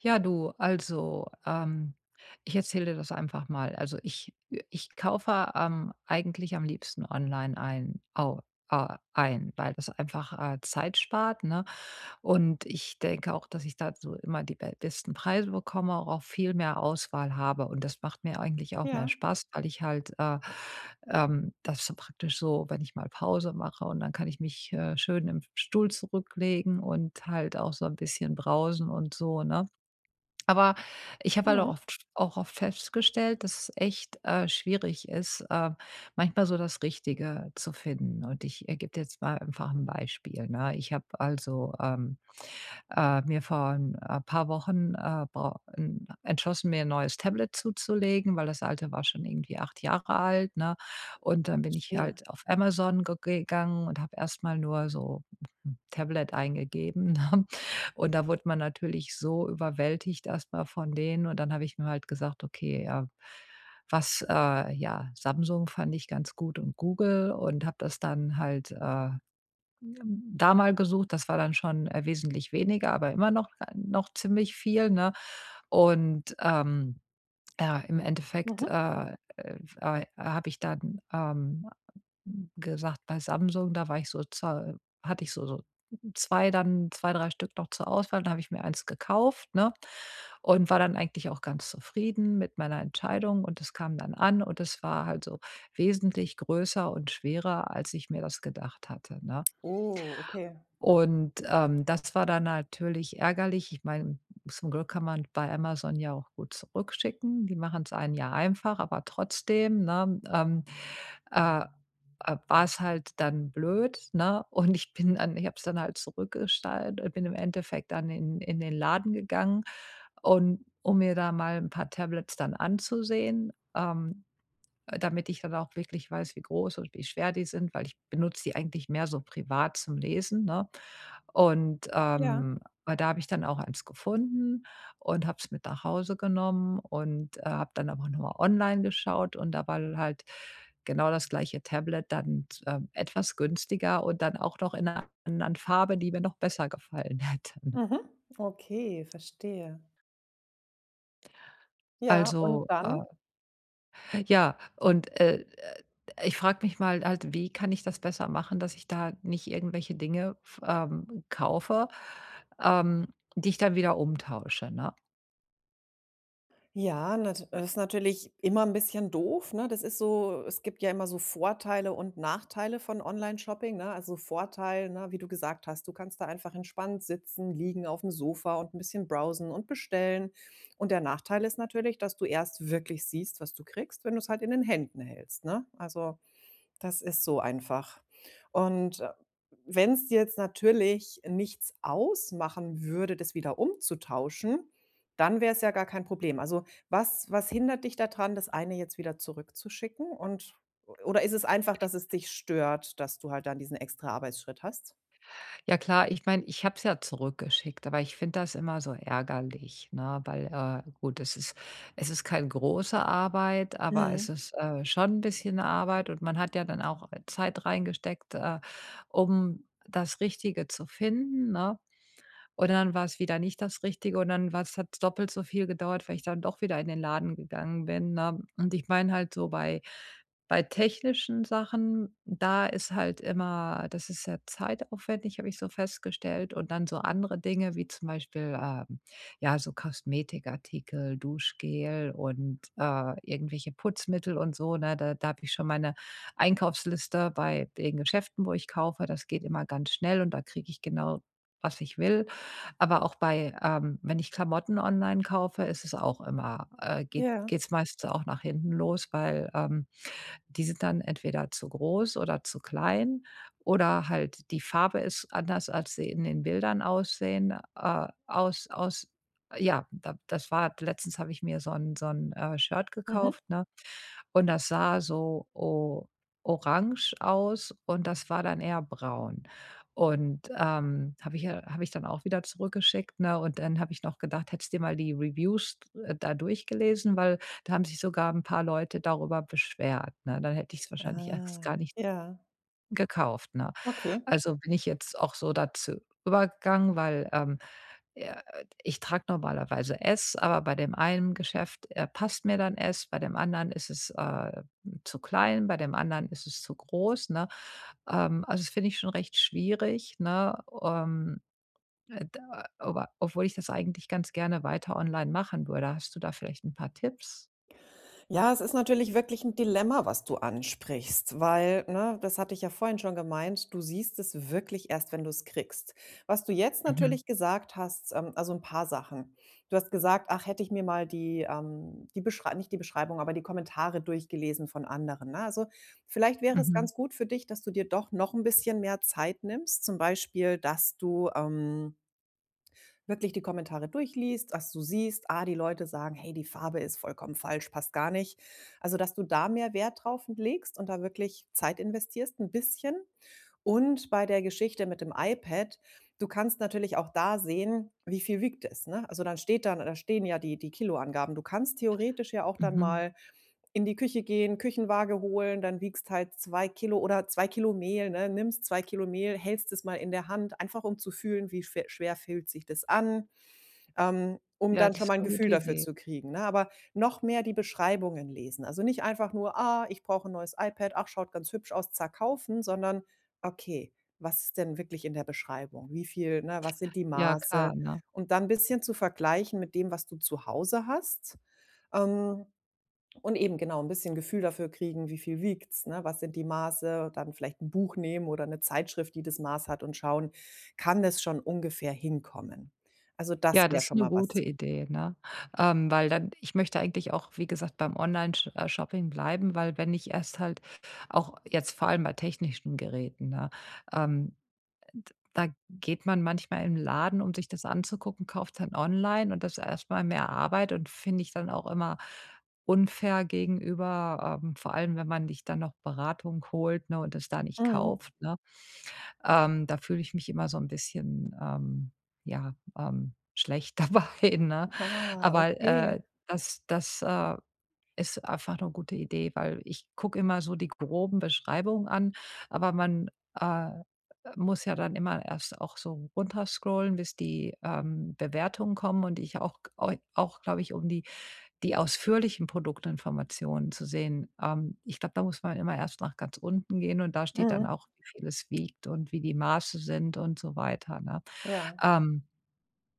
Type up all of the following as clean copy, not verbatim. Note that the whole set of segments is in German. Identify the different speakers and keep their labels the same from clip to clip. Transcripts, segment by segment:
Speaker 1: Ja, du, ich erzähle dir das einfach mal. Also, ich kaufe, eigentlich am liebsten online ein au ein, weil das einfach, Zeit spart, ne? Und ich denke auch, dass ich da so immer die be besten Preise bekomme, auch viel mehr Auswahl habe. Und das macht mir eigentlich auch mehr
Speaker 2: Ja,
Speaker 1: Spaß, weil ich halt, das so praktisch so, wenn ich mal Pause mache und dann kann ich mich, schön im Stuhl zurücklegen und halt auch so ein bisschen brausen und so, ne? Aber ich habe halt
Speaker 2: mhm.
Speaker 1: auch oft festgestellt, dass es echt, schwierig ist, manchmal so das Richtige zu finden. Und ich, gebe jetzt mal einfach ein Beispiel, ne? Ich habe mir vor ein paar Wochen, brau n entschlossen, mir ein neues Tablet zuzulegen, weil das alte war schon irgendwie 8 Jahre alt, ne? Und dann bin ich
Speaker 2: Verstehe.
Speaker 1: halt auf Amazon ge gegangen und habe erst mal nur so Tablet eingegeben, ne? Und da wurde man natürlich so überwältigt erst mal von denen und dann habe ich mir halt gesagt: „Okay, ja, was“ ja, Samsung fand ich ganz gut und Google, und habe das dann halt, da mal gesucht. Das war dann schon, wesentlich weniger, aber immer noch noch ziemlich viel, ne? Und, ja, im Endeffekt,
Speaker 2: Mhm.
Speaker 1: habe ich dann, gesagt, bei Samsung, da war ich so zur hatte ich so 2 dann 2 3 Stück noch zur Auswahl, dann habe ich mir eins gekauft, ne? Und war dann eigentlich auch ganz zufrieden mit meiner Entscheidung, und es kam dann an und es war halt so wesentlich größer und schwerer, als ich mir das gedacht hatte, ne?
Speaker 2: Oh, okay.
Speaker 1: Und, das war dann natürlich ärgerlich. Ich meine, zum Glück kann man bei Amazon ja auch gut zurückschicken. Die machen es einem ja einfach, aber trotzdem, ne, äh, war's halt dann blöd, ne? Und ich habe es dann halt zurückgestalt bin im Endeffekt dann in den Laden gegangen und um mir da mal ein paar Tablets dann anzusehen, damit ich dann auch wirklich weiß, wie groß und wie schwer die sind, weil ich benutze die eigentlich mehr so privat zum Lesen, ne? Und,
Speaker 2: Ja,
Speaker 1: ähm, aber da habe ich dann auch eins gefunden und habe es mit nach Hause genommen und, habe dann aber nochmal online geschaut, und da war halt genau das gleiche Tablet dann, etwas günstiger und dann auch noch in einer anderen Farbe, die mir noch besser gefallen hätte, ne?
Speaker 2: mhm. Okay, verstehe. Ja, und
Speaker 1: Also, äh
Speaker 2: dann?
Speaker 1: Ja, und, ich frage mich mal halt, wie kann ich das besser machen, dass ich da nicht irgendwelche Dinge f kaufe, ähm, die ich dann wieder umtausche, ne?
Speaker 2: Ja, nat das ist natürlich immer ein bisschen doof, ne? Das ist so es gibt ja immer so Vorteile und Nachteile von Online-Shopping, ne? Also, Vorteil, ne, wie du gesagt hast, du kannst da einfach entspannt sitzen, liegen auf dem Sofa und ein bisschen browsen und bestellen. Und der Nachteil ist natürlich, dass du erst wirklich siehst, was du kriegst, wenn du es halt in den Händen hältst, ne? Also, das ist so einfach. Und wenn es jetzt natürlich nichts ausmachen würde, das wieder umzutauschen, dann wäre es ja gar kein Problem. Also, was hindert dich daran, das eine jetzt wieder zurückzuschicken und oder ist es einfach, dass es dich stört, dass du halt dann diesen extra Arbeitsschritt hast?
Speaker 1: Ja klar, ich meine, ich habe es ja zurückgeschickt, aber ich finde das immer so ärgerlich, ne, weil, gut, es ist keine große Arbeit, aber es
Speaker 2: Mhm.
Speaker 1: ist, schon ein bisschen Arbeit und man hat ja dann auch Zeit reingesteckt, um das Richtige zu finden, ne? Und dann war es wieder nicht das Richtige und dann war's hat's doppelt so viel gedauert, weil ich dann doch wieder in den Laden gegangen bin, ne? Und ich meine halt so bei technischen Sachen, da ist halt immer das ist sehr zeitaufwendig, habe ich so festgestellt. Und dann so andere Dinge wie zum Beispiel, ja, so Kosmetikartikel, Duschgel und, irgendwelche Putzmittel und so, ne? Da habe ich schon meine Einkaufsliste bei den Geschäften, wo ich kaufe. Das geht immer ganz schnell und da kriege ich genau, was ich will. Aber auch bei wenn ich Klamotten online kaufe, ist es auch immer
Speaker 2: Ja.
Speaker 1: geht's meistens auch nach hinten los, weil, die sind dann entweder zu groß oder zu klein oder halt die Farbe ist anders, als sie in den Bildern aussehen, aus aus ja, da das war letztens, habe ich mir so ein Shirt
Speaker 2: Mhm.
Speaker 1: gekauft, ne? Und das sah so o orange aus und das war dann eher braun. Und, habe ich dann auch wieder zurückgeschickt, ne? Und dann habe ich noch gedacht: „Hättest du dir mal die Reviews, da durchgelesen“, weil da haben sich sogar ein paar Leute darüber beschwert, ne? Dann hätte ich es wahrscheinlich erst gar
Speaker 2: Ah,
Speaker 1: nicht
Speaker 2: ja,
Speaker 1: gekauft, ne?
Speaker 2: okay.
Speaker 1: Also, bin ich jetzt auch so dazu übergegangen, weil, äh, ich trage normalerweise S, aber bei dem einen Geschäft, passt mir dann S, bei dem anderen ist es, zu klein, bei dem anderen ist es zu groß, ne? Also, das finde ich schon recht schwierig, ne? Da Aber obwohl ich das eigentlich ganz gerne weiter online machen würde. Hast du da vielleicht ein paar Tipps?
Speaker 2: Ja, es ist natürlich wirklich ein Dilemma, was du ansprichst, weil, ne, das hatte ich ja vorhin schon gemeint, du siehst es wirklich erst, wenn du es kriegst. Was du jetzt
Speaker 1: Mhm,
Speaker 2: natürlich gesagt hast, also ein paar Sachen. Du hast gesagt: „Ach, hätte ich mir mal die Beschrei nicht die Beschreibung, aber die Kommentare durchgelesen von anderen“, ne? Also, vielleicht wäre es
Speaker 1: mhm,
Speaker 2: ganz gut für dich, dass du dir doch noch ein bisschen mehr Zeit nimmst, zum Beispiel, dass du, wirklich die Kommentare durchliest, dass du siehst, ah, die Leute sagen: „Hey, die Farbe ist vollkommen falsch, passt gar nicht.“ Also, dass du da mehr Wert drauf legst und da wirklich Zeit investierst ein bisschen? Und bei der Geschichte mit dem iPad, du kannst natürlich auch da sehen, wie viel wiegt es, ne? Also, dann steht dann da stehen ja die Kiloangaben. Du kannst theoretisch ja auch dann
Speaker 1: mhm.
Speaker 2: mal in die Küche gehen, Küchenwaage holen, dann wiegst halt 2 Kilo oder 2 Kilo Mehl, ne? Nimmst 2 Kilo Mehl, hältst es mal in der Hand, einfach um zu fühlen, wie schwer fühlt sich das an, um
Speaker 1: Ja,
Speaker 2: dann
Speaker 1: das
Speaker 2: schon mal
Speaker 1: ist
Speaker 2: ein
Speaker 1: 'ne
Speaker 2: Gefühl
Speaker 1: gute
Speaker 2: dafür
Speaker 1: Idee.
Speaker 2: zu kriegen, ne? Aber noch mehr die Beschreibungen lesen. Also, nicht einfach nur: „Ah, ich brauche ein neues iPad. Ach, schaut ganz hübsch aus, zack, kaufen“, sondern: „Okay, was ist denn wirklich in der Beschreibung? Wie viel ne, was sind die
Speaker 1: Ja, klar,
Speaker 2: Maße?“
Speaker 1: ne?
Speaker 2: Und dann ein bisschen zu vergleichen mit dem, was du zu Hause hast. Ähm und eben genau ein bisschen Gefühl dafür kriegen, wie viel wiegt's, ne? Was sind die Maße? Dann vielleicht ein Buch nehmen oder eine Zeitschrift, die das Maß hat und schauen, kann das schon ungefähr hinkommen? Also, das
Speaker 1: Ja,
Speaker 2: wäre
Speaker 1: das ist
Speaker 2: schon
Speaker 1: 'ne
Speaker 2: mal
Speaker 1: gute
Speaker 2: was.
Speaker 1: Idee, ne? Weil dann, ich möchte eigentlich auch, wie gesagt, beim Online-Sch Shopping bleiben, weil wenn ich erst halt auch jetzt vor allem bei technischen Geräten, ne, ähm, da geht man manchmal in 'n Laden, um sich das anzugucken, kauft dann online und das ist erst mal mehr Arbeit und finde ich dann auch immer unfair gegenüber, vor allem, wenn man sich dann noch Beratung holt, ne, und das da nicht
Speaker 2: Mhm.
Speaker 1: kauft, ne? Da fühle ich mich immer so ein bisschen, ja, schlecht dabei, ne?
Speaker 2: Ah,
Speaker 1: Aber,
Speaker 2: okay.
Speaker 1: das das, äh, ist einfach eine gute Idee, weil ich gucke immer so die groben Beschreibungen an, aber man, äh, muss ja dann immer erst auch so runterscrollen, bis die, Bewertungen kommen und ich auch au auch, glaube ich, um die ausführlichen Produktinformationen zu sehen, ich glaube, da muss man immer erst nach ganz unten gehen und da steht dann
Speaker 2: Mhm.
Speaker 1: auch, wie viel es wiegt und wie die Maße sind und so weiter, ne?
Speaker 2: Ja.
Speaker 1: Ähm,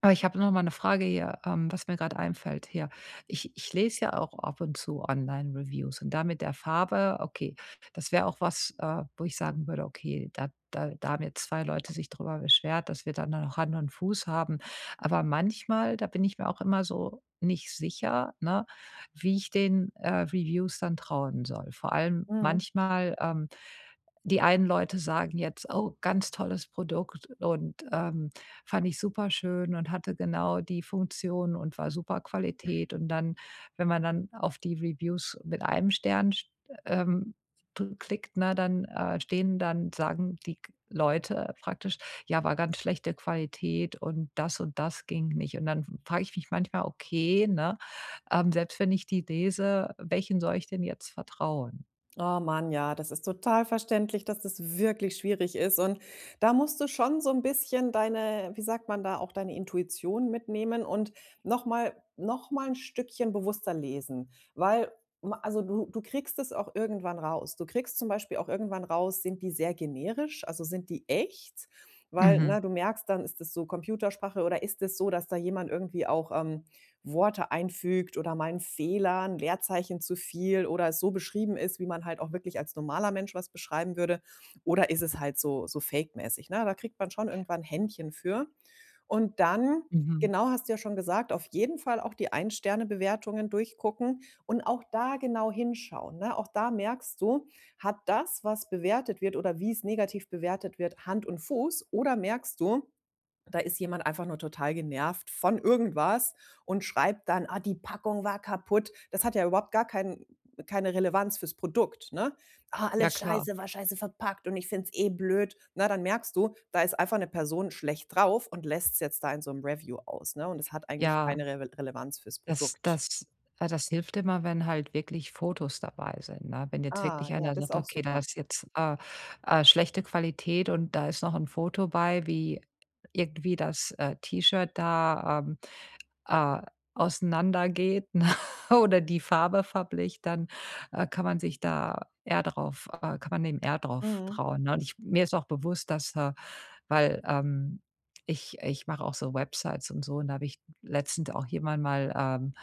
Speaker 1: aber ich habe noch mal eine Frage hier, was mir gerade einfällt hier. Ich lese ja auch ab und zu Online-Reviews, und da mit der Farbe, okay, das wäre auch was, wo ich sagen würde: „Okay, da haben jetzt 2 Leute sich drüber beschwert, dass wir dann noch Hand und Fuß haben.“ Aber manchmal, da bin ich mir auch immer so nicht sicher, ne, wie ich den, Reviews dann trauen soll. Vor allem
Speaker 2: Mhm.
Speaker 1: manchmal, die einen Leute sagen jetzt: „Oh, ganz tolles Produkt“ und, fand ich super schön und hatte genau die Funktion und war super Qualität. Und dann, wenn man dann auf die Reviews mit einem Stern st ähm, dr klickt, ne, dann, stehen dann sagen die K Leute praktisch: „Ja, war ganz schlechte Qualität und das ging nicht.“ Und dann frage ich mich manchmal: „Okay, ne, selbst wenn ich die lese, welchen soll ich denn jetzt vertrauen?“
Speaker 2: Oh Mann, ja, das ist total verständlich, dass das wirklich schwierig ist. Und da musst du schon so ein bisschen deine wie sagt man da, auch deine Intuition mitnehmen und noch mal ein Stückchen bewusster lesen, weil ma also, du kriegst es auch irgendwann raus. Du kriegst zum Beispiel auch irgendwann raus, sind die sehr generisch, also, sind die echt? Weil,
Speaker 1: Mhm,
Speaker 2: ne, du merkst dann, ist es so Computersprache oder ist es so, dass da jemand irgendwie auch, Worte einfügt oder mal 'n Fehler, 'n Leerzeichen zu viel oder es so beschrieben ist, wie man halt auch wirklich als normaler Mensch was beschreiben würde, oder ist es halt so Fake-mäßig, ne? Da kriegt man schon irgendwann 'n Händchen für. Und dann,
Speaker 1: mhm.
Speaker 2: genau, hast du ja schon gesagt, auf jeden Fall auch die Ein-Sterne-Bewertungen durchgucken und auch da genau hinschauen, ne? Auch da merkst du, hat das, was bewertet wird oder wie es negativ bewertet wird, Hand und Fuß oder merkst du da ist jemand einfach nur total genervt von irgendwas und schreibt dann: „Ah, die Packung war kaputt.“ Das hat ja überhaupt gar kein keine Relevanz fürs Produkt, ne? „Ah,
Speaker 1: Ja
Speaker 2: alles
Speaker 1: klar,
Speaker 2: scheiße, war scheiße verpackt und ich finde es eh blöd.“ Na, dann merkst du, da ist einfach eine Person schlecht drauf und lässt's jetzt da in so 'nem Review aus, ne? Und es hat eigentlich
Speaker 1: ja.
Speaker 2: keine Revel Relevanz fürs
Speaker 1: Das
Speaker 2: Produkt.
Speaker 1: das Das hilft immer, wenn halt wirklich Fotos dabei sind, ne? Wenn jetzt
Speaker 2: Ah,
Speaker 1: wirklich
Speaker 2: ja,
Speaker 1: einer
Speaker 2: das ist
Speaker 1: sagt:
Speaker 2: auch
Speaker 1: „Okay, da
Speaker 2: super.
Speaker 1: ist jetzt, schlechte Qualität und da ist noch ein Foto bei, wie irgendwie das, T-Shirt da, äh, auseinandergeht“, ne, oder die Farbe verbleicht, dann, kann man dem eher drauf
Speaker 2: Mhm.
Speaker 1: trauen, ne? Und ich mir ist auch bewusst, dass, weil, ich mache auch so Websites und so, und da habe ich letztens auch jemand mal, ähm,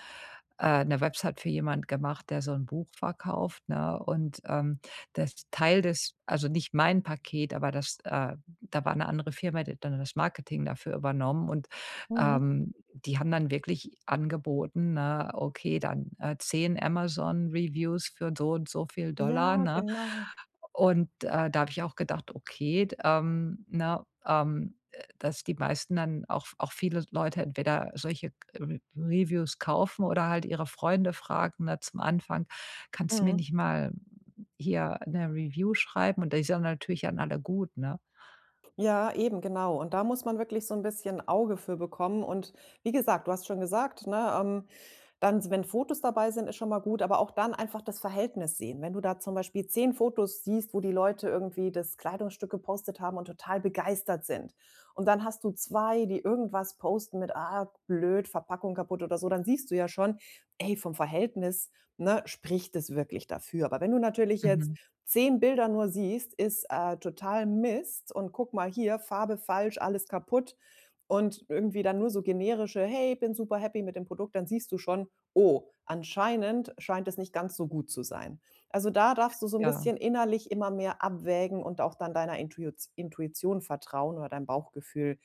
Speaker 1: äh, 'ne Website für jemand gemacht, der so ein Buch verkauft, ne? Und, das Teil des also nicht mein Paket, aber da war eine andere Firma, die hat dann das Marketing dafür übernommen und,
Speaker 2: Mhm.
Speaker 1: ähm, die haben dann wirklich angeboten, ne, okay, dann, 10 Amazon-Reviews für so und so viel Dollar,
Speaker 2: Ja,
Speaker 1: ne?
Speaker 2: genau.
Speaker 1: Und, da habe ich auch gedacht: „Okay, dass die meisten dann auch auch viele Leute entweder solche Re Reviews kaufen oder halt ihre Freunde fragen, ne, zum Anfang: „Kannst du mir
Speaker 2: Mhm.
Speaker 1: nicht mal hier eine Review schreiben?“ Und die sind natürlich dann alle gut, ne?
Speaker 2: Ja, eben, genau. Und da muss man wirklich so ein bisschen Auge für bekommen. Und wie gesagt, du hast schon gesagt, ne, dann, wenn Fotos dabei sind, ist schon mal gut, aber auch dann einfach das Verhältnis sehen. Wenn du da zum Beispiel 10 Fotos siehst, wo die Leute irgendwie das Kleidungsstück gepostet haben und total begeistert sind und dann hast du 2, die irgendwas posten mit: „Ah, blöd, Verpackung kaputt“ oder so, dann siehst du ja schon, ey, vom Verhältnis, ne, spricht es wirklich dafür. Aber wenn du natürlich jetzt
Speaker 1: Mhm.
Speaker 2: 10 Bilder nur siehst, ist, total Mist und guck mal hier, Farbe falsch, alles kaputt und irgendwie dann nur so generische: „Hey, bin super happy mit dem Produkt“, dann siehst du schon: „Oh, anscheinend scheint es nicht ganz so gut zu sein.“ Also, da darfst du so ein
Speaker 1: Ja.
Speaker 2: bisschen innerlich immer mehr abwägen und auch dann deiner Intuitz Intuition vertrauen oder deinem Bauchgefühl,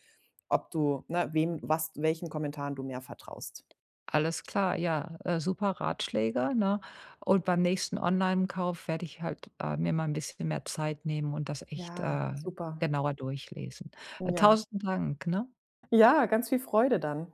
Speaker 2: ob du ne, wem was welchen Kommentaren du mehr vertraust.
Speaker 1: Alles klar, ja, super Ratschläge, ne? Und beim nächsten Online-Kauf werde ich halt, mir mal ein bisschen mehr Zeit nehmen und das echt,
Speaker 2: Ja, super.
Speaker 1: genauer durchlesen.
Speaker 2: Ja.
Speaker 1: 1.000 Dank, ne?
Speaker 2: Ja, ganz viel Freude dann.